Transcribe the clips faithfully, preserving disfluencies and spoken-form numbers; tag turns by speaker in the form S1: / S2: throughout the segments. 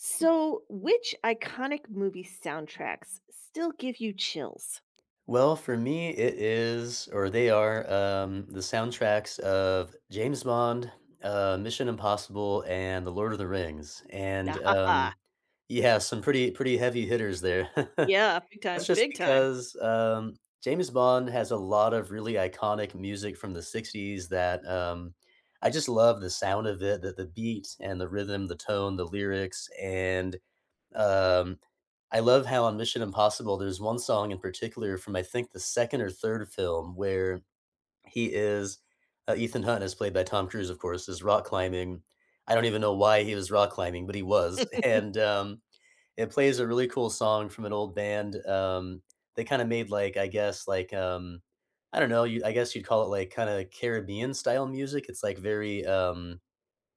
S1: So, which iconic movie soundtracks still give you chills?
S2: Well, for me, it is, or they are, um, the soundtracks of James Bond, uh, Mission Impossible, and The Lord of the Rings, and,
S1: Ah,
S2: um, yeah, some pretty pretty heavy hitters there.
S1: yeah, big time,
S2: That's just
S1: big time.
S2: because, um, James Bond has a lot of really iconic music from the sixties that, um, I just love the sound of it, the the beat and the rhythm, the tone, the lyrics, and um, I love how on Mission Impossible, there's one song in particular from I think the second or third film where he is uh, Ethan Hunt is played by Tom Cruise, of course, is rock climbing. I don't even know why he was rock climbing, but he was, and um, it plays a really cool song from an old band. Um, they kind of made like I guess like um, I don't know, you, I guess you'd call it like kind of Caribbean style music. It's like very um,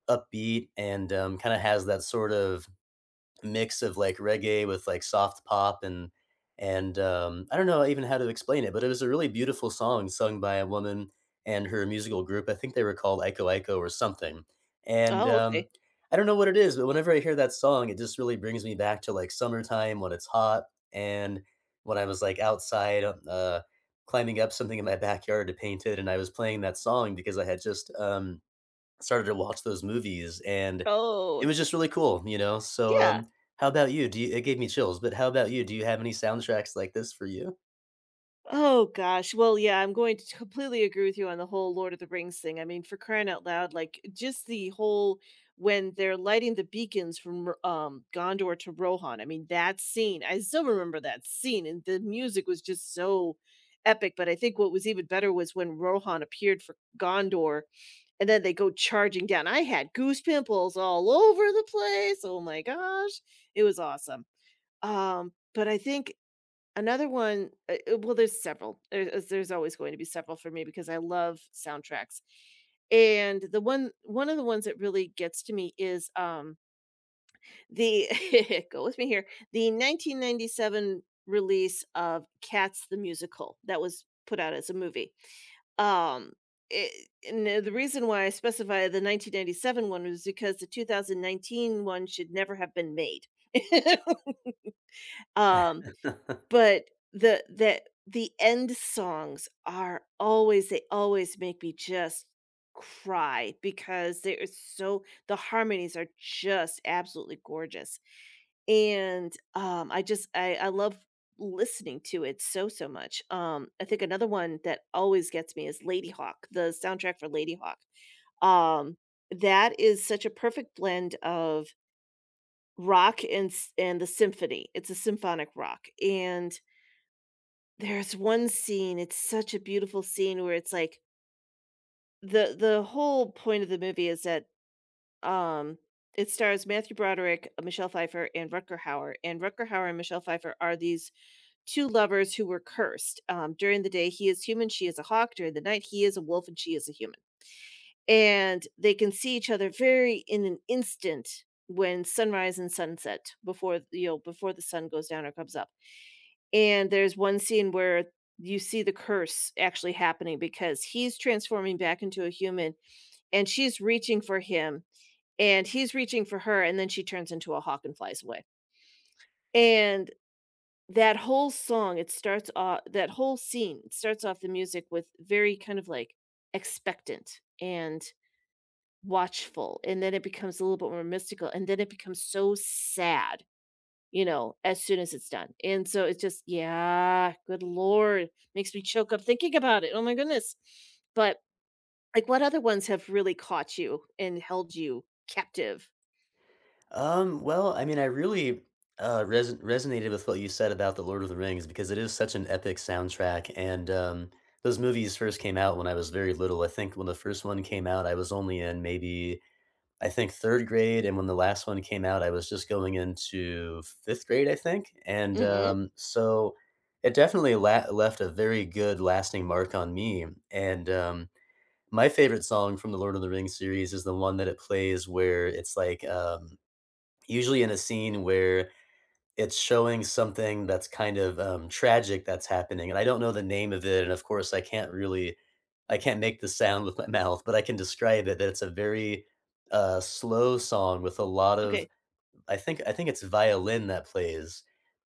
S2: upbeat and um, kind of has that sort of mix of, like, reggae with, like, soft pop and and, um, I don't know even how to explain it, but it was a really beautiful song sung by a woman and her musical group. I think they were called Iko Iko or something, and,
S1: Oh, okay.
S2: um, I don't know what it is, but whenever I hear that song, it just really brings me back to, like, summertime when it's hot and when I was, like, outside, um, uh, climbing up something in my backyard to paint it, and I was playing that song because I had just, um started to watch those movies, and it
S1: Oh,
S2: was just really cool, you know? So,
S1: yeah.
S2: um, how about you? Do you it gave me chills, but how about you? Do you have any soundtracks like this for you?
S1: Oh gosh. Well, yeah, I'm going to completely agree with you on the whole Lord of the Rings thing. I mean, for crying out loud, like just the whole when they're lighting the beacons from R- um Gondor to Rohan. I mean, that scene. I still remember that scene, and the music was just so epic, but I think what was even better was when Rohan appeared for Gondor and then they go charging down. I had goose pimples all over the place. Oh my gosh, it was awesome. Um, but I think another one. uh, uh, Well, there's several. There's, there's always going to be several for me because I love soundtracks. And the one one of the ones that really gets to me is um the go with me here the nineteen ninety-seven release of Cats the musical that was put out as a movie. Um, it, and uh, The reason why I specify the nineteen ninety-seven one was because the two thousand nineteen one should never have been made. um, but the the the end songs are always, they always make me just cry, because they are so — the harmonies are just absolutely gorgeous. And, um, I just I I love listening to it so, so much. Um, I think another one that always gets me is Lady Hawk, the soundtrack for Lady Hawk. Um, that is such a perfect blend of rock and s and the symphony. It's a symphonic rock, and there's one scene, it's such a beautiful scene where it's like the the whole point of the movie is that, um, it stars Matthew Broderick, uh, Michelle Pfeiffer, and Rutger Hauer, and Rutger Hauer and Michelle Pfeiffer are these two lovers who were cursed. Um, during the day, he is human, she is a hawk; during the night, he is a wolf and she is a human. And they can see each other very in an instant when sunrise and sunset, before, you know, before the sun goes down or comes up. And there's one scene where you see the curse actually happening because he's transforming back into a human and she's reaching for him and he's reaching for her, and then she turns into a hawk and flies away. And that whole song, it starts off — that whole scene, it starts off the music with very kind of like expectant and watchful, and then it becomes a little bit more mystical, and then it becomes so sad, you know, as soon as it's done. And so it's just, yeah, good lord, makes me choke up thinking about it. Oh my goodness. But like, what other ones have really caught you and held you captive?
S2: Um, well, I mean, I really uh, res resonated with what you said about The Lord of the Rings because it is such an epic soundtrack. And um, those movies first came out when I was very little. I think when the first one came out, I was only in maybe I think, third grade, and when the last one came out, I was just going into fifth grade, I think, and,
S1: Hmm.
S2: um, so it definitely la left a very good lasting mark on me, and, um, my favorite song from the Lord of the Rings series is the one that it plays where it's, like, um usually in a scene where it's showing something that's kind of, um, tragic that's happening, and I don't know the name of it, and of course, I can't really I can't make the sound with my mouth, but I can describe it that it's a very, uh, slow song with a lot of
S1: Okay.
S2: I think I think it's violin that plays,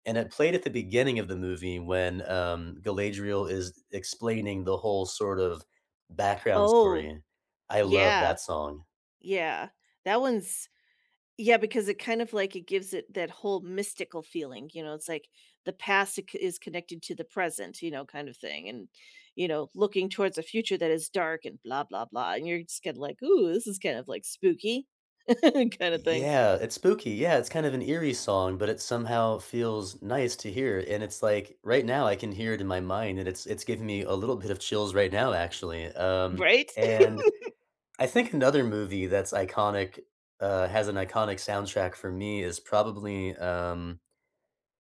S2: and it played at the beginning of the movie when, um, Galadriel is explaining the whole sort of background
S1: Oh,
S2: story. I love
S1: yeah,
S2: that song.
S1: yeah. That one's, yeah, because it kind of like it gives it that whole mystical feeling. You know, it's like the past i- is connected to the present. You know, kind of thing, and you know, looking towards a future that is dark and blah blah blah. And you're just kind of like, ooh, this is kind of like spooky kind of thing,
S2: Yeah, it's spooky. Yeah, it's kind of an eerie song, but it somehow feels nice to hear, and it's like, right now, I can hear it in my mind, and it's it's giving me a little bit of chills right now, actually, um,
S1: right?
S2: and I think another movie that's iconic, uh, has an iconic soundtrack for me is probably, um,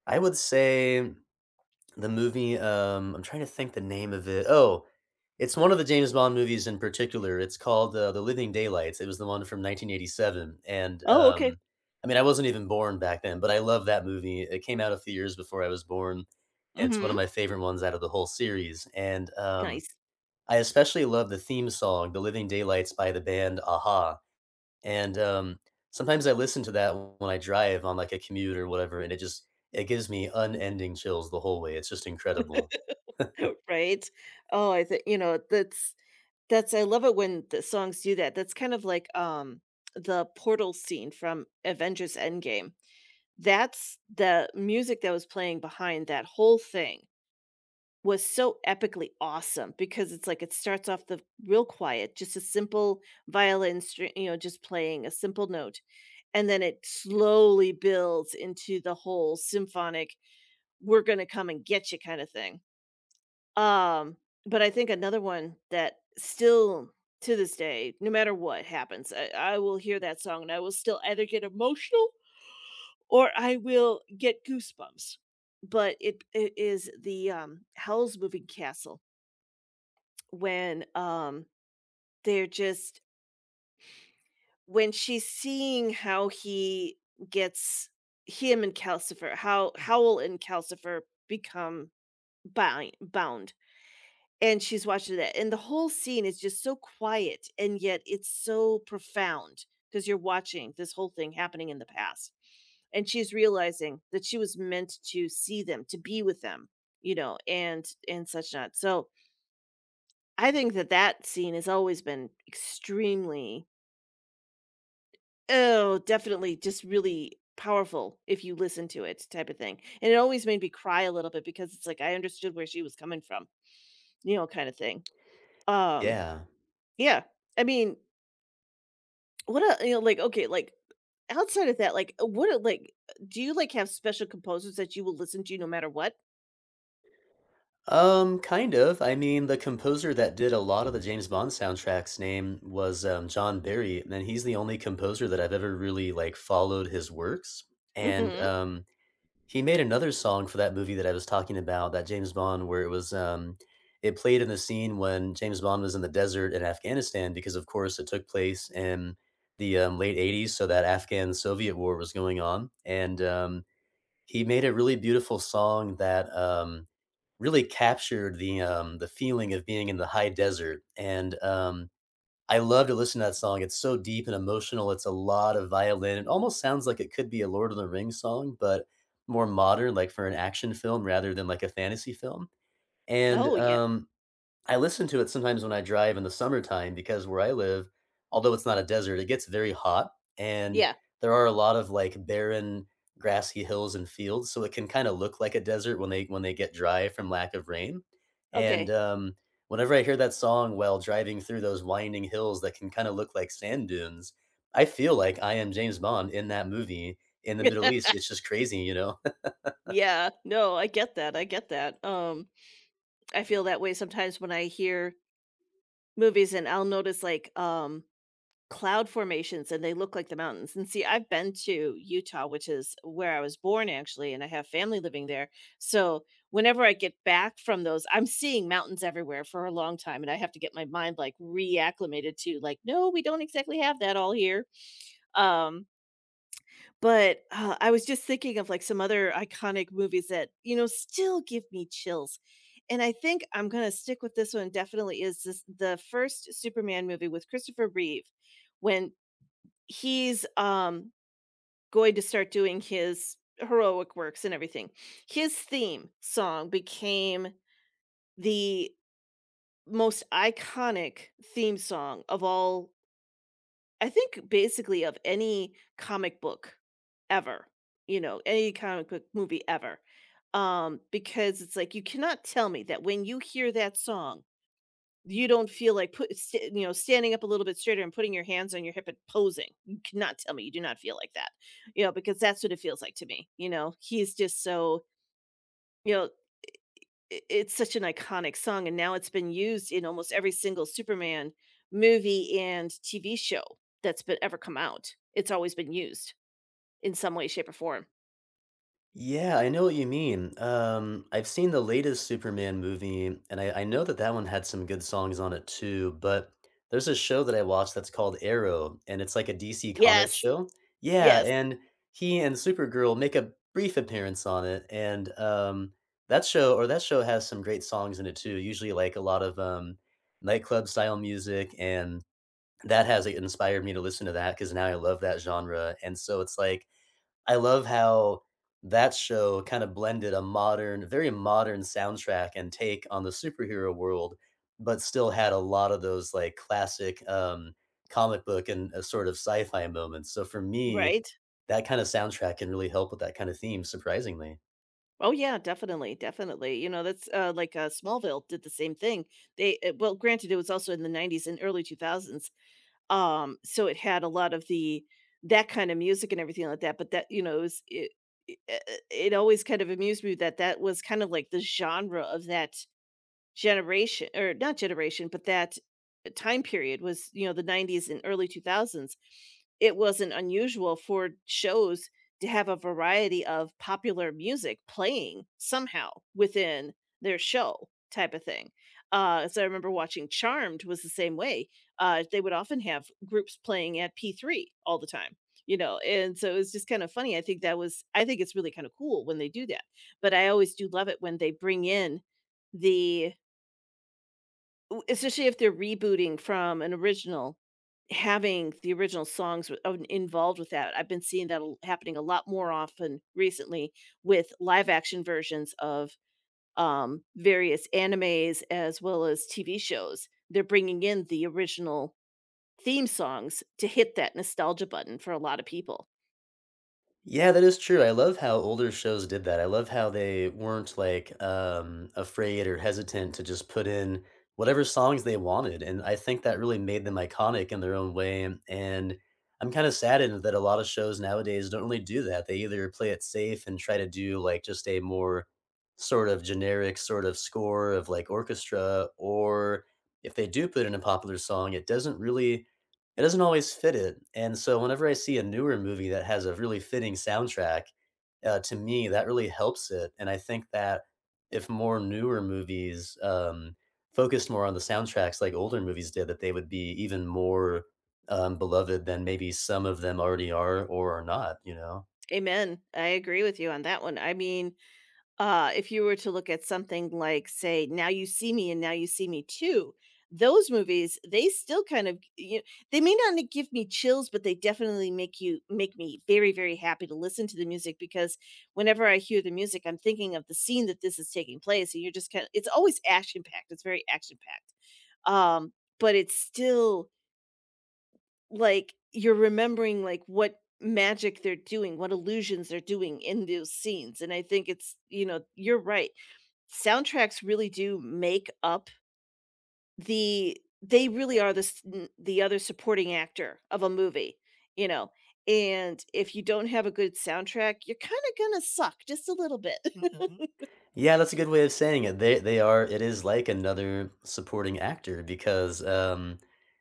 S2: I would say the movie, um, I'm trying to think the name of it. Oh, it's one of the James Bond movies in particular. It's called, uh, The Living Daylights. It was the one from nineteen eighty-seven, and,
S1: Oh, okay.
S2: um, I mean, I wasn't even born back then, but I love that movie. It came out a few years before I was born. It's one of
S1: Mhm.
S2: my favorite ones out of the whole series, and, um,
S1: Nice.
S2: I especially love the theme song, "The Living Daylights" by the band Aha. And, um, sometimes I listen to that when I drive on, like, a commute or whatever, and it just it gives me unending chills the whole way, it's just incredible.
S1: Right? Oh, I think, you know, that's that's I love it when the songs do that. That's kind of like, um, the portal scene from Avengers: Endgame. That's the music that was playing behind that whole thing, was so epically awesome, because it's like it starts off the real quiet, just a simple violin string, you know, just playing a simple note, and then it slowly builds into the whole symphonic "we're gonna come and get you" kind of thing. Um, but I think another one that still to this day, no matter what happens, I, I will hear that song and I will still either get emotional or I will get goosebumps. But it, it is the um, Hell's Moving Castle, when um, they're just — when she's seeing how he gets him and Calcifer, how Howl and Calcifer become bind, bound. And she's watching that, and the whole scene is just so quiet, and yet it's so profound, because 'cause you're watching this whole thing happening in the past. And she's realizing that she was meant to see them, to be with them, you know, and and such not. So, I think that that scene has always been extremely — oh, definitely just really powerful if you listen to it type of thing, and it always made me cry a little bit because it's like I understood where she was coming from, you know, kinda thing. Um,
S2: Yeah.
S1: yeah, I mean, what a — you know, like, okay, like, outside of that, like, uh, what a — like, do you, like, have special composers that you will listen to no matter what?
S2: Um, kind of, I mean, the composer that did a lot of the James Bond soundtrack's name was, um, John Barry, and he's the only composer that I've ever really, like, followed his works, and,
S1: Mhm.
S2: um he made another song for that movie that I was talking about, that James Bond, where it was, um it played in the scene when James Bond was in the desert in Afghanistan because, of course, it took place in the, um, late eighties, so that Afghan-Soviet war was going on, and, um, he made a really beautiful song that, um, really captured the, um, the feeling of being in the high desert, and, um I love to listen to that song. It's so deep and emotional. It's a lot of violin. It almost sounds like it could be a Lord of the Rings song, but more modern, like for an action film rather than like a fantasy film. And
S1: Oh, yeah.
S2: um, I listen to it sometimes when I drive in the summertime because where I live, although it's not a desert, it gets very hot and
S1: Yeah.
S2: there are a lot of like barren grassy hills and fields, so it can kind of look like a desert when they when they get dry from lack of rain. And
S1: Okay.
S2: um, whenever I hear that song while driving through those winding hills that can kind of look like sand dunes, I feel like I am James Bond in that movie in the Middle East. It's just crazy, you know.
S1: Yeah. No, I get that, I get that. Um, I feel that way sometimes when I hear movies, and I'll notice, like, um cloud formations, and they look like the mountains. And see, I've been to Utah, which is where I was born actually, and I have family living there. So whenever I get back from those, I'm seeing mountains everywhere for a long time. And I have to get my mind like reacclimated to like, no, we don't exactly have that all here. Um, but uh, I was just thinking of like some other iconic movies that, you know, still give me chills. And I think I'm going to stick with this one definitely is this, the first Superman movie with Christopher Reeve, when he's um going to start doing his heroic works and everything. His theme song became the most iconic theme song of all, I think, basically of any comic book ever. You know, any comic book movie ever. Um because it's like, you cannot tell me that when you hear that song, you don't feel like put st- you know standing up a little bit straighter and putting your hands on your hip and posing. You cannot tell me you do not feel like that, you know, because that's what it feels like to me. You know, he's just so — you know i- it's such an iconic song, and now it's been used in almost every single Superman movie and T V show that's been ever come out. It's always been used in some way, shape, or form.
S2: Yeah, I know what you mean. Um, I've seen the latest Superman movie, and I, I know that that one had some good songs on it too. But there's a show that I watched that's called Arrow, and it's like a D C comic
S1: Yes,
S2: show. Yeah,
S1: yes,
S2: and he and Supergirl make a brief appearance on it, and um, that show or that show has some great songs in it too. Usually, like a lot of um, nightclub style music, and that has like, inspired me to listen to that because now I love that genre. And so it's like I love how that show kinda blended a modern very modern soundtrack and take on the superhero world, but still had a lot of those, like, classic, um, comic book and, uh, sort of sci-fi moments, so for me,
S1: right.
S2: that kinda soundtrack can really help with that kinda theme, surprisingly.
S1: Oh yeah, definitely, definitely. You know, that's uh, like uh, Smallville did the same thing. They uh, well, granted, it was also in the nineties and early two thousands, um, so it had a lot of the that kind of music and everything like that. But that, you know, it was, it, it, uh, it always kind of amused me that that was kind of like the genre of that generation, or not generation, but that time period was, you know, the nineties and early two thousands. It wasn't unusual for shows to have a variety of popular music playing somehow within their show type of thing. Uh, so I remember watching Charmed was the same way. Uh, they would often have groups playing at P three all the time, you know, and so it was just kind of funny. I think that was — I think it's really kind of cool when they do that. But I always do love it when they bring in the W especially if they're rebooting from an original, having the original songs w of involved with that. I've been seeing that l happening a lot more often recently with live action versions of, um, various animes, as well as T V shows. They're bringing in the original theme songs to hit that nostalgia button for a lot of people.
S2: Yeah, that is true. I love how older shows did that. I love how they weren't like um, afraid or hesitant to just put in whatever songs they wanted, and I think that really made them iconic in their own way. And I'm kind of saddened that a lot of shows nowadays don't really do that. They either play it safe and try to do like just a more sort of generic sort of score of like orchestra, or if they do put in a popular song, it doesn't really it doesn't always fit it, and so whenever I see a newer movie that has a really fitting soundtrack, uh, to me, that really helps it, and I think that if more newer movies, um, focused more on the soundtracks like older movies did, that they would be even more, um, beloved than maybe some of them already are or are not, you know?
S1: Amen. I agree with you on that one. I mean, Uh, if you were to look at something like, say, Now You See Me and Now You See Me Too, those movies, they still kind of — you — they may not give me chills, but they definitely make you make me very, very happy to listen to the music, because whenever I hear the music, I'm thinking of the scene that this is taking place, and you're just kinda — it's always action-packed, it's very action-packed. Um, but it's still, like, you're remembering, like, what magic they're doing, what illusions they're doing in those scenes, and I think it's, you know, you're right. Soundtracks really do make up — the they really are the s n the other supporting actor of a movie, you know, and if you don't have a good soundtrack, you're kinda gonna suck just a little bit. Mhm.
S2: Yeah, that's a good way of saying it. They they are It is like another supporting actor because um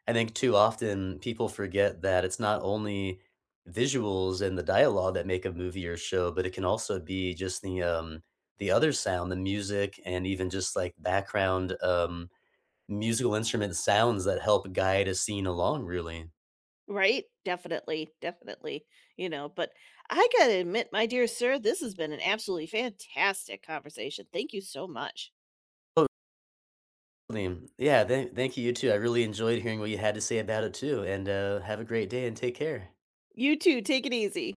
S2: I think too often people forget that it's not only visuals and the dialogue that make a movie or show, but it can also be just the um the other sound, the music and even just like background um musical instrument sounds that help guide a scene along really.
S1: Right? Definitely, definitely, you know, but I gotta admit, my dear sir, this has been an absolutely fantastic conversation. Thank you so much.
S2: Oh, Liam, yeah, thank, thank you, you too. I really enjoyed hearing what you had to say about it too. And uh, have a great day and take care.
S1: You too, take it easy.